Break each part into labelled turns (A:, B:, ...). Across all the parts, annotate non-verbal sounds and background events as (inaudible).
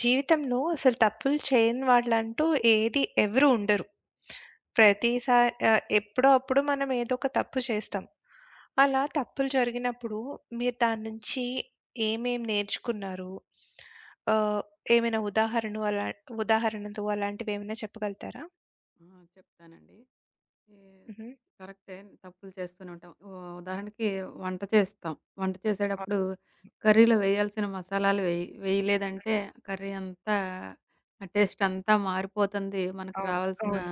A: జీవితంలో అసలు తప్పులు చేయని వాళ్ళంటూ ఏది ఎవరు ఉండరు. ప్రతిసారి ఎప్పుడో అప్పుడు మనం ఏదో ఒక తప్పు చేస్తాం. అలా తప్పులు జరిగినప్పుడు మీరు దాని నుంచి ఏమేం నేర్చుకున్నారు? ఆహ్, ఏమైనా ఉదాహరణలు అలాంటివి ఏమైనా చెప్పగలుగుతారా?
B: ఆ! చెప్తానండి. ఈ
A: హుహు.
B: కరెక్టే తప్పులు చేస్తూనే ఉంటాం. ఉదాహరణకి వంట చేస్తాం. వంట
A: అ
B: చేసేటప్పుడు కర్రీలో వేయాల్సిన మసాలాలు వేయలేదంటే కర్రీ అంతా ఆ టేస్ట్ అంతా మారిపోతుంది. మనకు
A: అవును.
B: రావాల్సిన
A: అవును.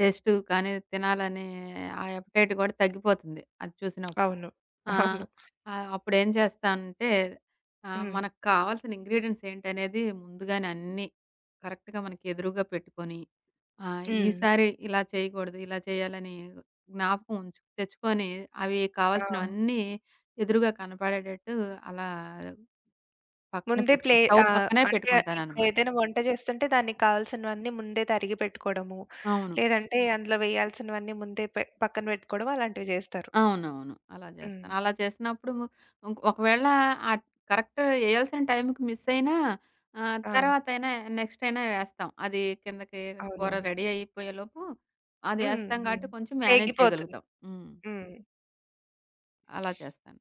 B: టేస్టు కానీ తినాలనే ఆ ఎపటైట్ కూడా తగ్గిపోతుంది అది చూసినప్పుడు.
A: అవును.
B: ఆ!
A: అవును.
B: అప్పుడేం చేస్తానంటే
A: హ్మ్.
B: మనకు కావాల్సిన ఇంగ్రీడియెంట్స్ ఏంటనేది ముందుగానే అన్నీ కరెక్ట్‌గా మనకి ఎదురుగా పెట్టుకొని ఆ!
A: హ్మ్.
B: ఈసారి ఇలా చేయకూడదు. ఇలా చేయాలని జ్ఞాపకం ఉంచు తెచ్చుకొని అవి
A: ఆ!
B: కావాల్సినవన్నీ ఎదురుగా కనపడేటట్టు అలా పక్కన
A: ముందే ప్లే
B: పెట్టుకుంటా. స్టవ్
A: ఆహ్,
B: పక్కనే
A: అంటే
B: పెట్టుకుంటాననమాట.
A: ఇప్పుడేదైనా వంట చేస్తుంటే దానికి కావాల్సినవన్నీ ముందే తరిగి పెట్టుకోవడము.
B: అవును.
A: లేదంటే అందులో వేయాల్సినవన్నీ ముందే పక్కన పెట్టుకోవడం అలాంటివి చేస్తారు.
B: అవునవును. అలా
A: హ్మ్.
B: చేస్తాను. అలా చేసినప్పుడు ఒకవేళ ఆట్ కరెక్ట్ ఎయాల్సిన టైంకి మిస్ అయినా
A: ఆ!
B: తర్వాతైనా నెక్స్ట్ అయినా వేస్తాం. అది కిందకి కూర
A: అవునవును.
B: రెడీ అయిపోయేలోపు అది
A: హ్మ్.
B: ఏస్తాం
A: హ్మ్.
B: కాబట్టి కొంచెం మేనేజ్
A: పేగిపోతుంది.
B: చేయగలుగుతాం. హ్మ్.
A: హ్మ్.
B: అలా చేస్తాను.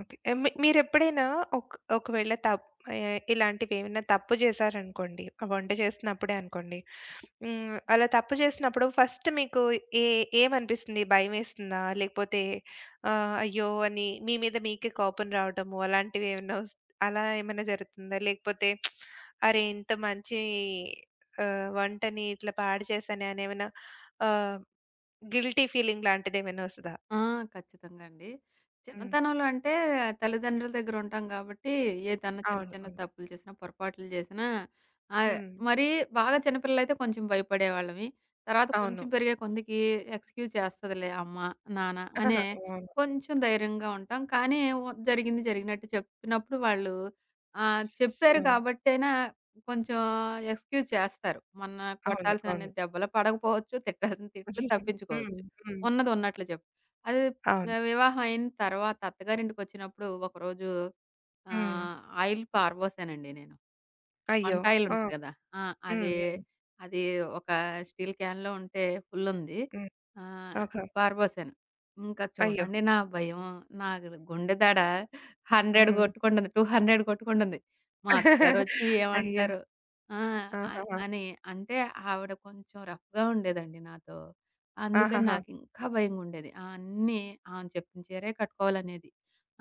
A: ఓకే. మీరెప్పుడైనా ఒకవేళ ఇలాంటివేమైనా తప్పు జేశారనుకోండి. వంట చేస్తున్నప్పుడే అనుకోండి. హ్మ్. అలా తప్పు చేసినప్పుడు ఫస్ట్ మీకు ఏ ఏమనిపిస్తుంది? భయమేస్తుందా? లేకపోతే అయ్యో! అని మీ మీద మీకే కోపం రావటము అలా ఏమైనా జరుగుతుందా? లేకపోతే అరే! ఇంత మంచి వంటని ఇట్లా పాడు చేశానే అని ఏమైనా ఆహ్, గిల్టీ ఫీలింగ్ లాంటిదేమైనా వస్తదా?
B: ఆ! ఖచ్చితంగా అండి.
A: హ్మ్.
B: చిన్నతనంలో అంటే తల్లిదండ్రుల దగ్గర ఉంటాం కాబట్టి ఏదన్నా చిన్న
A: అవును.
B: చిన్న
A: అవును.
B: తప్పులు చేసినా, పొరపాట్లు చేసినా ఆహ్,
A: హ్మ్.
B: మరీ బాగా చిన్నపిల్లలైతే కొంచెం భయపడేవాళ్ళమి. తర్వాత
A: అవును.
B: కొంచెం పెరిగే కొందికి ఎక్స్‌క్యూజ్ చేస్తదిలే అమ్మ, నాన్న అనే
A: ఆహాహా! అవును.
B: కొంచెం ధైర్యంగా ఉంటాం. కానీ జరిగింది జరిగినట్టు చెప్పినప్పుడు వాళ్ళు చెప్పారు
A: హ్మ్.
B: కాబట్టైనా కొంచెం ఎక్స్‌క్యూజ్ చేస్తారు. మన
A: అవును.
B: కొట్టాల్సినన్ని
A: అవును.
B: దెబ్బలు పడకపోవచ్చు, తిట్టాల్సిన తిట్లు
A: (laughs) హ్మ్.
B: తప్పించుకోవచ్చు.
A: హ్మ్.
B: ఉన్నది ఉన్నట్లు చెప్తారు. అది
A: అవును.
B: ఆ, వివాహం అయిన తర్వాత అత్తగారింటికొచ్చినప్పుడు ఒకరోజు
A: హ్మ్.
B: ఆహ్, ఆయిల్ పారబోసానండి నేను.
A: అయ్యో!
B: వంట ఆయిల్
A: ఆ!
B: ఉంటది కదా! ఆ!
A: హ్మ్.
B: అది,
A: హ్మ్.
B: అది ఒక స్టీల్ క్యాన్‌లో ఉంటే ఫుల్లుంది.
A: హ్మ్.
B: ఆహ్,
A: ఓకే.
B: పారబోసాను. ఇంకా
A: అయ్యో!
B: చూడండి నా భయం, నా గుండె దడ 100
A: హ్మ్.
B: కొట్టుకుంటుంది. 200 కొట్టుకుంటుంది. మా అత్తగారొచ్చి
A: (laughs) అయ్యో!
B: ఏమంటారు? ఆ! అ
A: ఆహాహా!
B: అని అంటే ఆవిడ కొంచెం రఫ్‌గా ఉండేదండి నాతో. అందుకని
A: ఆహాహా!
B: నాకింకా భయంగుండేది. అన్నీ ఆమె చెప్పిన చీరే కట్టుకోవాలనేది.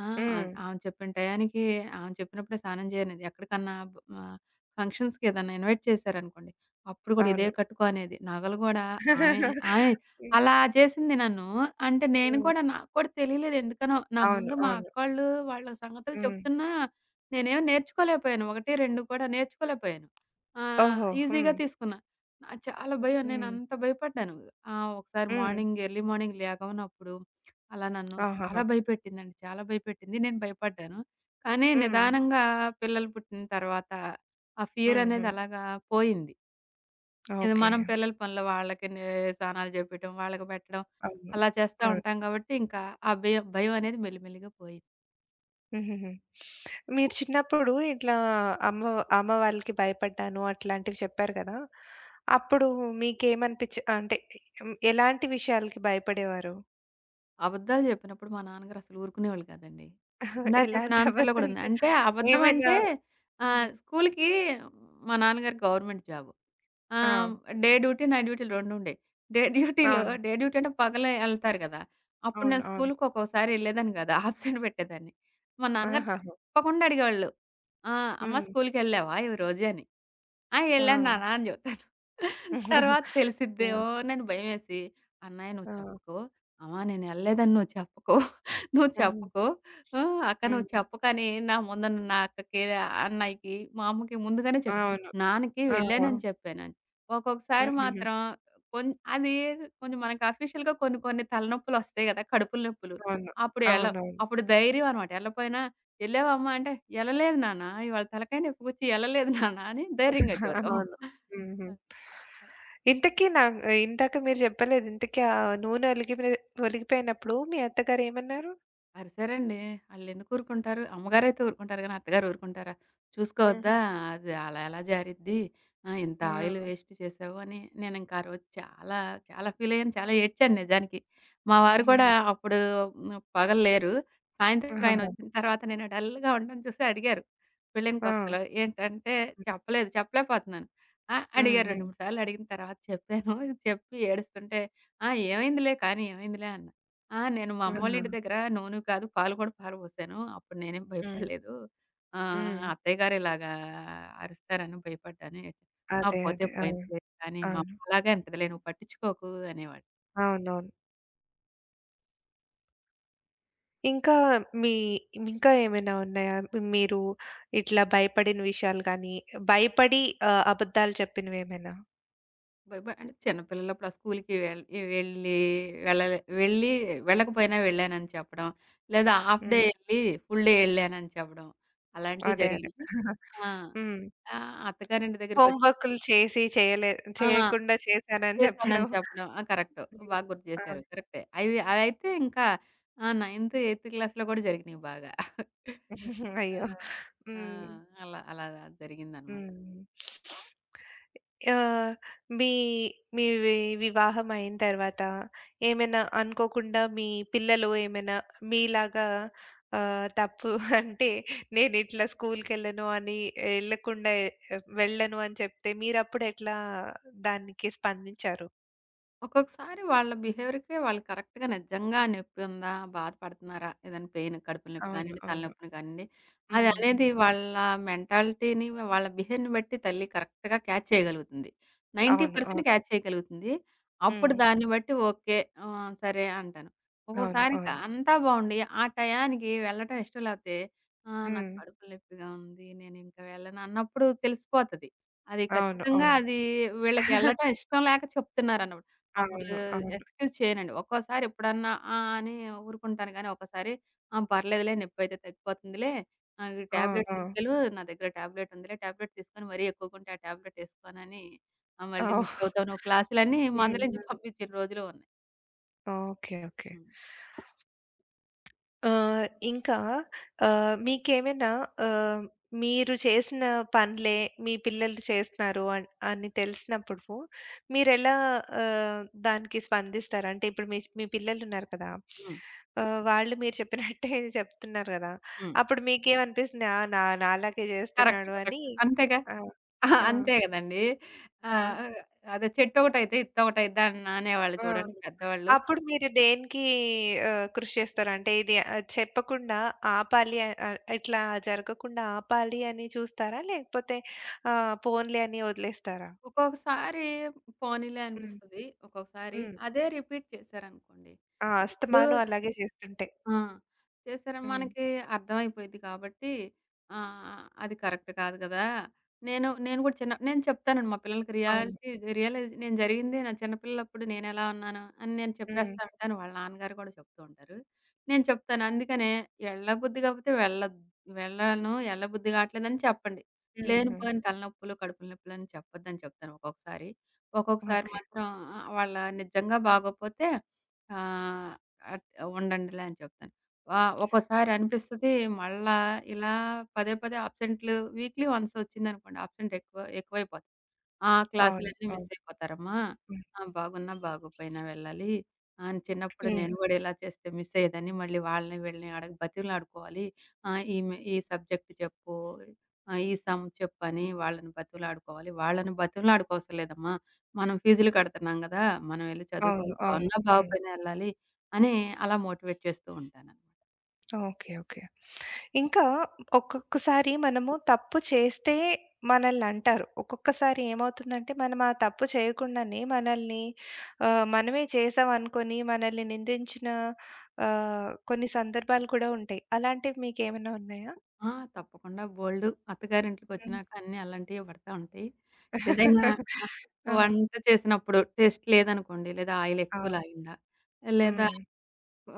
B: ఆ!
A: హ్మ్.
B: ఆమె చెప్పిన టయానికి ఆమె చెప్పినప్పుడే స్నానం చేయనేది. ఎక్కడికన్నా ఫంక్షన్స్‌కి ఏదన్నా ఇన్వైట్ చేశారనుకోండి, అప్పుడు గూడా ఇదే
A: అవును.
B: కట్టుకో అనేది. నగలు గూడా ఆమె ఆమె
A: (laughs) హ్మ్.
B: అలా చేసింది నన్ను. అంటే నేను
A: హ్మ్.
B: కూడా నాకు కూడా తెలియలేదు ఎందుకనో. నా
A: అవును.
B: ముందు మా
A: అవును.
B: అక్కోళ్ళు వాళ్ళ సంగతులు
A: హ్మ్.
B: చెప్తున్నా నేనేమి నేర్చుకోలేకపోయాను. 1, 2 కూడా నేర్చుకోలేకపోయాను.
A: ఓహో! హ్మ్.
B: ఈజీగా తీసుకున్నా. ఆ! చాలా భయం.
A: హ్మ్.
B: నేనంత భయపడ్డాను. ఒకసారి
A: హ్మ్.
B: ఎర్లీ మార్నింగ్ లేగవనప్పుడు అలా నన్ను
A: ఆహాహా!
B: చాలా భయపెట్టిందండి. చాలా భయపెట్టింది. నేను భయపడ్డాను. కానీ
A: హ్మ్.
B: నిదానంగా పిల్లలు పుట్టిన తర్వాత ఆ ఫియర్
A: హుహు.
B: అనేది అలాగా పోయింది. ఇది
A: ఓకే.
B: మనం పిల్లల పనులు వాళ్ళకి నే స్నానాలు జేపియటం, వాళ్ళకి పెట్టడం
A: అవును.
B: అలా చేస్తా
A: ఆ!
B: ఉంటాం గాబట్టి, ఇంకా ఆ భయం భయం అనేది మెల్లిమెల్లిగా పోయింది.
A: హుహుహు. మీరు చిన్నప్పుడు ఇట్లా అమ్మ అమ్మ వాళ్ళకి భయపడ్డాను అట్లాంటివి చెప్పారు కదా! అప్పుడు మీకేమనిపించి అంటే హ్మ్, ఎలాంటి విషయాలకి భయపడేవారు?
B: అబద్ధాలు చెప్పినప్పుడు మా నాన్నగారు అసలు ఊరుకునేవాళ్ళు కాదండి.
A: (laughs)
B: ఇందాక చెప్పిన
A: ఎలాంటి
B: ఆన్సర్‌లో కూడా
A: అబద్ధం
B: ఉంది.
A: చె
B: అంటే అబద్ధం
A: ఏమైనా
B: అంటే ఆహ్,
A: హ్మ్.
B: స్కూల్‌కి మా నాన్నగారికి గవర్నమెంట్ జాబ్. ఆ!
A: ఆ!
B: డే డ్యూటీ, నైట్ డ్యూటీలు రెండుండేయి.
A: అవును.
B: డే డ్యూటీ అంటే పగలే ఎళ్తారు గదా! అప్పుడు
A: అవును.
B: నేను
A: అవును.
B: స్కూలుకి ఒక్కోసారి ఎళ్ళేదాన్ని గాదు. అబ్సెంట్ (laughs) పెట్టేదాన్ని. మా నాన్నగారు
A: ఆహాహా!
B: తప్పకుండా అడిగేవాళ్ళు. ఆ! "అమ్మ
A: హ్మ్.
B: స్కూలుకెళ్ళావా ఈరోజు" అని. "ఆ! ఎళ్ళాను
A: ఆ!
B: నాన్న" అని జెప్తాను.
A: (laughs)
B: తర్వాత
A: ఆ!
B: తెలిసిద్దేమోనని భయమేసి, "అన్నయ్య నువ్వు
A: ఆ!
B: చెప్పకు. అమ్మ నేనెళ్ళలేదని నువ్వు చెప్పకు. నువ్వు
A: హ్మ్.
B: చెప్పకు. ఆ! అక్క
A: హ్మ్.
B: నువ్వు చెప్పకని" నా ముందు నా అక్కకి, అన్నయ్యకి, మా అమ్మకి ముందుగానే చెప్పాను.
A: అవును.
B: నాన్నకి
A: ఆ!
B: వెళ్ళానని చెప్పాను. ఒక్కొక్కసారి
A: హుహుహు.
B: మాత్రం కొన్ అది కొంచెం మనకు అఫీషియల్‌గా కొన్ని కొన్ని తలనొప్పులొస్తాయి గదా! కడుపుల నొప్పులు.
A: అవును.
B: అప్పుడు ఎళ్ళం.
A: అవునవును.
B: అప్పుడు ధైర్యం అనమాట. ఎళ్ళపోయినా "ఎళ్ళావామ్మా?" అంటే "ఎళ్ళలేదు నాన్న. ఇవాళ తలకాయ నొప్పి గుచ్చి ఎళ్ళలేదు నాన్న" అని ధైర్యంగా
A: (laughs)
B: చెబుతాం.
A: అవును. హుహు. ఇంతకీ నా ఇందాక మీరు చెప్పలేదు. ఇంతకీ ఆ నూనె ఒలికిపోయి ఒలికిపోయినప్పుడు మీ అత్తగారు ఏమన్నారు?
B: అరిసారండి. ఆళ్ళెందుకు ఊరుకుంటారు? అమ్మగారైతే ఊరుకుంటారు గానీ, అత్తగారు ఊరుకుంటారా?
A: హుహు.
B: చూసుకోవద్దా? అది అలా ఎలా జారిద్ది? ఇంత ఆయిల్
A: ఆ!
B: వేస్ట్ చేశావు అని నేనింకా ఆ రోజు చాలా ఫీలయ్యాను. చాలా ఏడ్చాను నిజానికి. మా వారు కూడా
A: హుహుహు.
B: అప్పుడు హ్మ్, పగలు లేరు. సాయంత్రం
A: ఆహాహా!
B: ఆయనొచ్చిన తర్వాత నేను డల్‌గా ఉండడం చూసి అడిగారు. పెళ్ళైన
A: ఆ!
B: కొత్తలో ఏంటంటే
A: హ్మ్.
B: చెప్పలేదు. చెప్పలేకపోతున్నాను. ఆ!
A: హ్మ్.
B: అడిగారు 2,
A: హ్మ్.
B: 3 సార్లు అడిగిన తర్వాత చెప్పాను. చెప్పి ఏడుస్తుంటే, "ఆ! ఏమైందిలే" అన్నారు. ఆ! నేను మా
A: ఆహా!
B: అమ్మోళ్ళింటి దగ్గర నూనె కాదు, పాలు పోసాను. అప్పుడు నేనేం
A: హ్మ్.
B: భయపడలేదు.
A: హ్మ్.
B: అత్తయ్య గారు ఇలాగా అరుస్తారని భయపడ్డాను. ఆ!
A: అదే.
B: పోతే
A: అదే. అవును.
B: పోయిందిలే కానీ మా అమ్మ
A: అవును.
B: అలాగే అంటదిలే నువ్వు పట్టించుకోకు అనేవాళ్ళు.
A: అవునవును. ఇంకా మీ ఇంకా ఏమైనా ఉన్నాయా? మీరు ఇట్లా భయపడిన విషయాలు గానీ, భయపడి అబద్ధాలు చెప్పినవేమైనా?
B: అంటే చిన్న పిల్లలప్పుడు ఆ స్కూల్‌కి వెళ్ వెళ్ళి వెళ్ళలే వెళ్ళి వెళ్ళకపోయినా వెళ్ళానని చెప్పడం. లేదా హాఫ్ డే
A: హ్మ్.
B: ఎళ్ళి ఫుల్ డే ఎళ్ళానని చెప్పడం. అలాంటివి
A: అదే. అదే.
B: జరిగినియి.
A: (laughs)
B: ఆ!
A: హ్మ్.
B: అత్తగారింటి
A: హోమ్
B: దగ్గరికొచ్చాక
A: వర్కులు చేసి చేయలే
B: ఆ!
A: చేయకుండా చేశానని చెప్పడం.
B: చేశానని చెప్పడం. ఆ! కరెక్ట్.
A: హ్మ్.
B: బాగా గుర్తు
A: ఆ!
B: చేశారు. కరెక్టే. అవి అవైతే ఇంకా ఆ! నైన్త్, ఎయిత్ క్లాస్‌లో కూడా జరిగినియి బాగా. ఆ!
A: అయ్యో!
B: ఆ!
A: హ్మ్.
B: అలా అలా జరిగిందనమాట.
A: హ్మ్. ఆహ్, మీ మీ వి వివాహం అయిన తర్వాత ఏమైనా అనుకోకుండా పిల్లలు ఏమైనా మీలాగా తప్పు (laughs) అంటే నేను ఇట్లా స్కూల్‌కెళ్ళను అని ఎళ్ళకుండా వెళ్ళను అని చెప్తే మీరప్పుడు ఎట్లా దానికి స్పందించారు?
B: ఒక్కొక్కసారి వాళ్ళ బిహేవియర్‌కే వాళ్ళు కరెక్ట్‌గా నిజంగా నొప్పి ఉందా? బాధపడుతున్నారా? ఏదైనా పెయిన్ కడుపుల నొప్పి
A: అవును.
B: కానియండి,
A: అవును.
B: తలనొప్పిని కానియండి, అది
A: హ్మ్. హ్మ్.
B: అనేది వాళ్ళ మెంటాలిటీని, వాళ్ళ బిహేవ్‌ని బట్టి తల్లి కరెక్ట్‌గా క్యాచ్ చేయగలుగుతుంది.
A: అవును.
B: 90%
A: అవును.
B: క్యాచ్ చేయగలుగుతుంది. అప్పుడు
A: హ్మ్.
B: దాన్ని బట్టి ఓకే. సరే అంటాను.
A: అవును.
B: ఒక్కోసారి
A: అవును.
B: అంతా బావుండి, ఆ టయానికి వెళ్ళటం ఇష్టం లేకపోతే, నాకు
A: హ్మ్.
B: కడుపులో నొప్పిగా ఉంది. నేను ఇంక వెళ్ళను అన్నప్పుడు తెలిసిపోతది.
A: అవును. అవును.
B: అది వీళ్ళకి వెళ్ళటం
A: (laughs)
B: ఇష్టం లేక చెప్తున్నారన్నమాట. అప్పుడు
A: అవును. అవును.
B: ఎక్స్‌క్యూజ్ చేయనండి. ఒక్కోసారి ఎప్పుడన్నా ఆ! అని ఊరుకుంటాను గానీ, ఒక్కసారి ఆ! పర్లేదులే నొప్పైతే తగ్గిపోతుందిలే. ఈ
A: ఆ!
B: టాబ్లెట్
A: ఆ!
B: తీసుకెళ్ళు నా దగ్గర టాబ్లెట్ ఉందిలే. టాబ్లెట్ తీసుకొని మరీ ఎక్కువకుంటే ఆ టాబ్లెట్ ఏసుకోనని మళ్ళీ
A: అవ్
B: మిస్ అవుతావు నువ్వు క్లాసులని
A: హ్మ్.
B: మందలించి
A: హ్మ్.
B: (laughs) పంపించిన రోజులు ఉన్నాయి.
A: ఓకే. ఓకే.
B: హ్మ్.
A: ఆహ్, ఇంకా మీకేమైనా ఆహ్, మీరు చేసిన పనులే మీ పిల్లలు చేస్తున్నారు అని తెలిసినప్పుడు మీరెలా ఆహ్, దానికి స్పందిస్తారు? అంటే ఇప్పుడు మీ మీ పిల్లలున్నారు కదా!
B: హ్మ్.
A: వాళ్ళు మీరు చెప్పినట్టే చెప్తున్నారు కదా!
B: హ్మ్.
A: అప్పుడు మీకేమనిపిస్తుంది? ఆ! నాలాగే
B: కరెక్ట్.
A: చేస్తున్నాడు అని.
B: కరెక్ట్. అంతేగా.
A: ఆ!
B: అహా!
A: ఆ!
B: అంతే గదండీ.
A: ఆ!
B: ఆహ్, అదే చెట్టొకటైతే ఇత్తొకటైద్ది అనేవాళ్ళు
A: ఆ!
B: చూడండి పెద్దవాళ్ళు.
A: అప్పుడు మీరు దేనికి కృషి చేస్తారు? అంటే ఇది చెప్పకుండా ఆపాలి, ఆహ్, ఆహ్, ఇట్లా జరగకుండా ఆపాలి అని చూస్తారా? లేకపోతే పోన్లే అని వదిలేస్తారా?
B: ఒక్కొక్కసారి పోనీలే
A: హ్మ్.
B: అనిపిస్తది. ఒక్కొక్కసారి
A: హ్మ్.
B: అదే రిపీట్ చేశారనుకోండి,
A: ఆ!
B: అప్పుడు
A: అస్తమాను అలాగే చేస్తుంటాయి.
B: ఆ! చేశారని
A: హ్మ్.
B: మనకి అర్థమైపోయిద్ది కాబట్టి, అది కరెక్ట్ కాదు కదా! నేను నేను కూడా చిన్న నేను చెప్తానండి మా పిల్లలకి
A: అవును.
B: రియాలిటీ రియలైజ్ నేను జరిగింది నా చిన్నపిల్లప్పుడు నేనెలా ఉన్నాను అని నేను
A: హ్మ్.
B: చెప్పేస్తా ఉంటాను. వాళ్ళ నాన్నగారు కూడా చెప్తూ ఉంటారు. నేను చెప్తాను. అందుకనే ఎళ్ళబుద్ధి కాకపోతే వెళ్ళద్ వెళ్ళను, ఎళ్ళబుద్ధి కావట్లేదని చెప్పండి.
A: హుహు.
B: లేనిపోని తలనొప్పులు, కడుపుల నొప్పులని చెప్పొద్దని చెప్తాను ఒక్కొక్కసారి. ఒక్కొక్కసారి
A: ఓకే.
B: మాత్రం ఆహ్, వాళ్ళ నిజంగా బాగోపోతే ఆహ్ ఉండండిలే అని చెప్తాను. ఒక్కోసారి అనిపిస్తది మళ్ళా ఇలా పదే పదే అబ్సెంట్లు వీక్లీ వన్స్ వచ్చిందనుకోండి అబ్సెంట్ ఎక్కువైపోతది. "ఆ!
A: అవును.
B: క్లాసులన్నీ
A: అవును.
B: మిస్ అయిపోతారమ్మా.
A: హ్మ్.
B: ఆ! బాగున్నా, బాగోపోయినా వెళ్ళాలి. చిన్నప్పుడు
A: హ్మ్.
B: నేను గూడా ఇలా చేస్తే మిస్ అయ్యేదాన్ని. మళ్ళీ వాళ్ళని వీళ్ళని బతిమలాడుకోవాలి. ఆహ్, ఈ మే ఈ సబ్జెక్ట్ చెప్పు, ఈ సమ్ చెప్పు" అని వాళ్ళని బతిమలాడుకోవాలి. వాళ్ళని బతిమలాడుకోవసరం లేదమ్మా. మనం ఫీజులు కడుతున్నాం గదా! మనం ఎళ్లి
A: అవును.
B: చదువుకోవాలి.
A: అవును.
B: బావున్నా,
A: హ్మ్.
B: బాగోపోయినా ఎళ్ళాలి. అని అలా మోటివేట్ చేస్తూ ఉంటాననమాట.
A: ఓకే. ఓకే. ఇంకా ఒక్కొక్కసారి మనము తప్పు చేస్తే మనల్ని అంటారు. ఒక్కొక్కసారి ఏమవుతుందంటే మనం ఆ తప్పు చేయకుండానే మనల్ని మనమే చేశామనుకోని మనల్ని నిందించిన కొన్ని సందర్భాలు కూడా ఉంటాయి. అలాంటివి మీకేమైనా ఉన్నాయా?
B: ఆ! తప్పకుండా బోలెడు
A: హ్మ్.
B: అత్తగారింటికొచ్చినాక అన్నీ అలాంటియే పడతా ఉంటాయి. ఏదైనా (laughs) ఆ!
A: (laughs) ఆ!
B: వంట చేసినప్పుడు టేస్ట్ లేదనుకోండి, లేదా ఆయిల్
A: ఆ!
B: ఎక్కువ లాగిందా, లేదా
A: హ్మ్.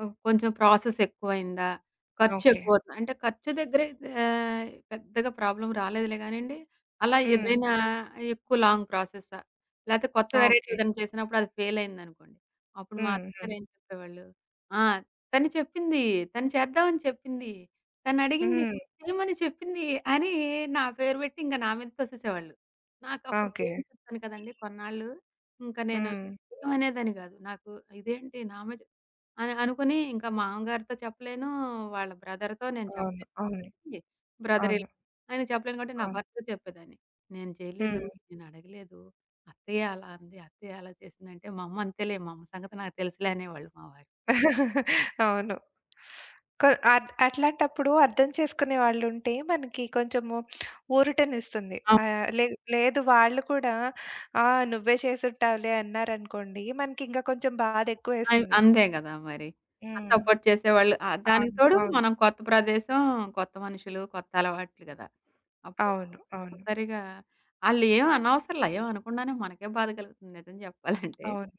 B: కొంచెం ప్రాసెస్ ఎక్కువయిందా? ఖర్చు
A: ఓకే.
B: ఎక్కువవుతుందా? అంటే ఖర్చు దగ్గర అయితే పెద్దగా ప్రాబ్లమ్ రాలేదులే గానండి. అలా
A: హ్మ్.
B: ఏదైనా ఎక్కువ లాంగ్ ప్రాసెసా? లేతే కొత్త వెరైటీ
A: ఓకే.
B: ఏదైనా చేసినప్పుడు అది ఫెయిల్ అయిందనుకోండి. అప్పుడు మా
A: హ్మ్.
B: అత్తగారు
A: హ్మ్.
B: ఏం చెప్పేవాళ్ళు? ఆ! తను చెప్పింది. తను చేద్దామని చెప్పింది. తనడిగింది.
A: హ్మ్.
B: చేయమని చెప్పింది అని నా పేరు పెట్టి ఇంక నా మీద తోసేసేవాళ్ళు. నాకప్పుడు
A: ఓకే.
B: పేరెంట్స్ చెప్తాను కదండీ కొన్నాళ్ళు. ఇంక నేను
A: హ్మ్.
B: ఏమనేదాన్ని గాదు. నాకు ఇదేంటి నా మీద అని అనుకుని ఇంకా మామగారితో చెప్పలేను. వాళ్ళ బ్రదర్‌తో నేను
A: అవును.
B: చెప్పలేను
A: అవును.
B: కాబట్టి బ్రదర్
A: అవును.
B: ఇలా ఆయనకి చెప్పలేను కాబట్టి నా
A: అవును.
B: భర్తతో చెప్పేదాన్ని. "నేను చేయలేదు.
A: హ్మ్.
B: నేను అడగలేదు. అత్తయ్య అలా అంది. అత్తయ్య అలా చేసిందంటే" "మా అమ్మ అంతేలే మా అమ్మ సంగతి నాకు తెలుసులే" అనేవాళ్ళు మా వారు.
A: అవును. కొ అట్లాంటప్పుడు అర్థం చేసుకునే వాళ్ళుంటే మనకి కొంచెము ఊరటనిస్తుంది.
B: అవ్
A: ఆహ్, లే లేదు వాళ్ళు కూడా "ఆ! నువ్వే చేసుంటావులే" అన్నారనుకోండి, మనకింకా కొంచెం
B: అయ్
A: బాధెక్కువేస్తుంది.
B: అంతే గదా! మరి. ఆ
A: హ్మ్.
B: సపోర్ట్ చేసేవాళ్ళు. దానికి
A: అవును.
B: తోడు
A: అవును.
B: మనం కొత్త ప్రదేశం, కొత్త మనుషులు, కొత్త అలవాట్లు గదా! అప్పుడు
A: అవును. అవును.
B: కంపల్సరీగా ఆళ్ళేం అనవసరంలా ఏం అనకుండానే మనకే బాధ కలుగుతుంది నిజం జెప్పాలంటే.
A: అవును.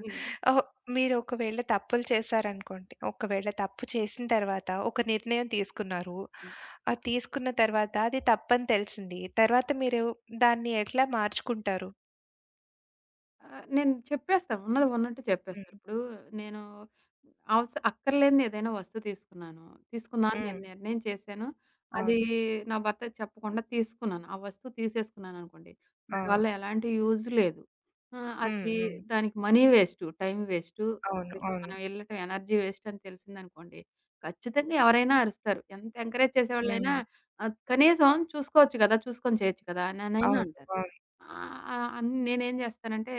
B: హ్మ్.
A: ఓహ్! మీరు ఒకవేళ తప్పులు చేశారనుకోండి. ఒకవేళ తప్పు చేసిన తర్వాత ఒక నిర్ణయం తీసుకున్నారు. అది తీసుకున్న తర్వాత అది తప్పని తెలిసింది. తర్వాత మీరు దాన్ని ఎట్లా మార్చుకుంటారు?
B: ఆ! నేను చెప్పేస్తాను. ఉన్నది ఉన్నట్టు చెప్పేస్తా.
A: హ్మ్.
B: ఇప్పుడు నేను అక్కర్లేనిది ఏదైనా వస్తువు తీసుకున్నాను. తీసుకుందాం అని
A: హ్మ్.
B: నేను నిర్ణయం చేశాను. అది
A: అవును.
B: నా భర్తకి చెప్పకుండా తీసుకున్నాను. ఆ వస్తువు తీసేసుకున్నాననుకోండి.
A: ఆ!
B: దానివల్ల ఎలాంటి యూజ్ లేదు. ఆ!
A: హ్మ్.
B: అది
A: హ్మ్.
B: దానికి మనీ వేస్టు, టైం వేస్టు.
A: అవును.
B: అక్కడికి
A: అవును.
B: మనం వెళ్ళటం ఎనర్జీ వేస్ట్ అని తెలిసిందనుకోండి. ఖచ్చితంగా ఎవరైనా అరుస్తారు. ఎంత ఎంకరేజ్ చేసేవాళ్ళైనా
A: హ్మ్.
B: కనీసం చూసుకోవచ్చు కదా! చూసుకొని చేయొచ్చు కదా! అననైనా
A: అవును.
B: అంటారు.
A: అవును.
B: ఆహ్, ఆహ్, నేను ఏం చేస్తానంటే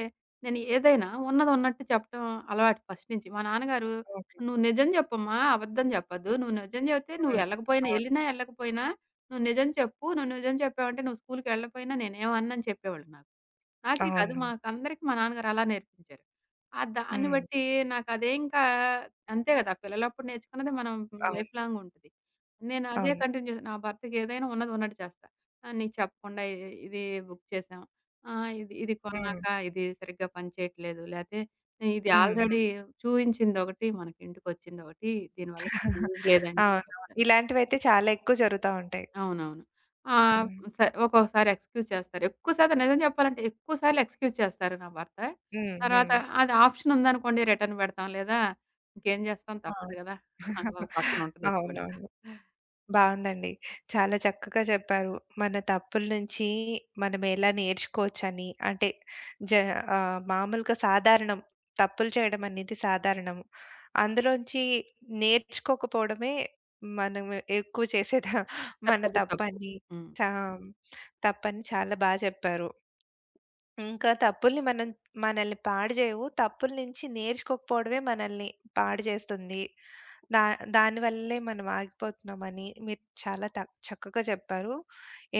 B: నేను ఏదైనా ఉన్నదున్నట్టు చెప్పటం అలవాటు ఫస్ట్ నుంచి. మా నాన్నగారు
A: ఓకే.
B: "నువ్వు నిజం జెప్పమ్మా! అబద్ధం జెప్పద్దు. నువ్వు నిజం జెప్తే నువ్వు
A: హ్మ్.
B: ఎళ్ళకపోయినా
A: అవును.
B: ఎళ్ళినా ఎళ్ళకపోయినా నువ్వు నిజం చెప్పు. నువ్వు నిజం చెప్పావంటే నువ్వు స్కూల్‌కెళ్ళకపోయినా నేనేమననని" చెప్పేవాళ్ళు నాకు. నాకే కాదు.
A: అవును.
B: మాకందరికి మా నాన్నగారు అలా నేర్పించారు. ఆ దాన్ని
A: హ్మ్.
B: బట్టి నాకదే ఇంకా అంతే గదా! పిల్లలప్పుడు నేర్చుకున్నది మనం
A: అవును.
B: లైఫ్ లాంగ్ ఉంటది. నేను అదే
A: అవును.
B: కంటిన్యూ చేశా. నా భర్తకి ఏదైనా ఉన్నది ఉన్నట్టు చేస్తా. నీకు చెప్పకుండా ఇ ఇది బుక్ చేశాం. ఆహ్, ఇది ఇది
A: హ్మ్.
B: కొన్నాక ఇది సరిగ్గా పనిచేయట్లేదు. లేతే ఇది
A: హ్మ్.
B: ఆల్రెడీ చూయించిందొకటి, మనకి ఇంటికొచ్చిందొకటి. దీనివల్ల పెద్ద
A: (laughs)
B: యూజ్ లేదని
A: అవునవును.
B: చెప్తా.
A: ఇలాంటివైతే చాలా ఎక్కువ జరుగుతా ఉంటాయి.
B: అవునవును. ఆహ్,
A: హ్మ్.
B: స ఒక్కొక్కసారి ఎక్స్‌క్యూజ్ చేస్తారు. ఎక్కువ శాతం నిజం చెప్పాలంటే ఎక్కువ సార్లు ఎక్స్‌క్యూజ్ చేస్తారు నా భర్త.
A: హ్మ్.
B: తర్వాత
A: హ్మ్.
B: అది ఆప్షన్ ఉందనుకోండి రిటర్న్ పెడతాం. లేదా ఇంకేం చేస్తాం
A: ఆ!
B: తప్పదు కదా! అది ఒక పక్కన
A: (laughs)
B: ఉంటదది కూడా.
A: అవునవును. బావుందండి. చాలా చక్కగా చెప్పారు. మన తప్పుల నుంచి మనం ఎలా నేర్చుకోవచ్చని, అంటే జ మామూలుగా సాధారణం. తప్పులు చేయడం అనేది సాధారణం. అందులోంచి నేర్చుకోకపోవడమే మనం ఎక్కువ చేసేదా మన
B: పెద్ద తప్పు.
A: తప్పని
B: హ్మ్.
A: చా తప్పని చాలా బా చెప్పారు. ఇంకా తప్పుల్ని మనల్ని పాడు చేయవు. తప్పుల నుంచి నేర్చుకోకపోవడమే మనల్ని పాడు చేస్తుంది. దా దానివల్లే మనం ఆగిపోతున్నామని మీరు చాలా త చక్కగా చెప్పారు.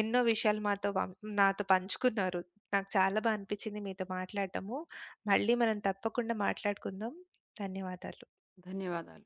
A: ఎన్నో విషయాలు మాతో పం నాతో పంచుకున్నారు. నాకు చాలా బా అనిపిచ్చింది మీతో మాట్లాడటము. మళ్ళీ మనం తప్పకుండా మాట్లాడుకుందాం. ధన్యవాదాలు.
B: ధన్యవాదాలు.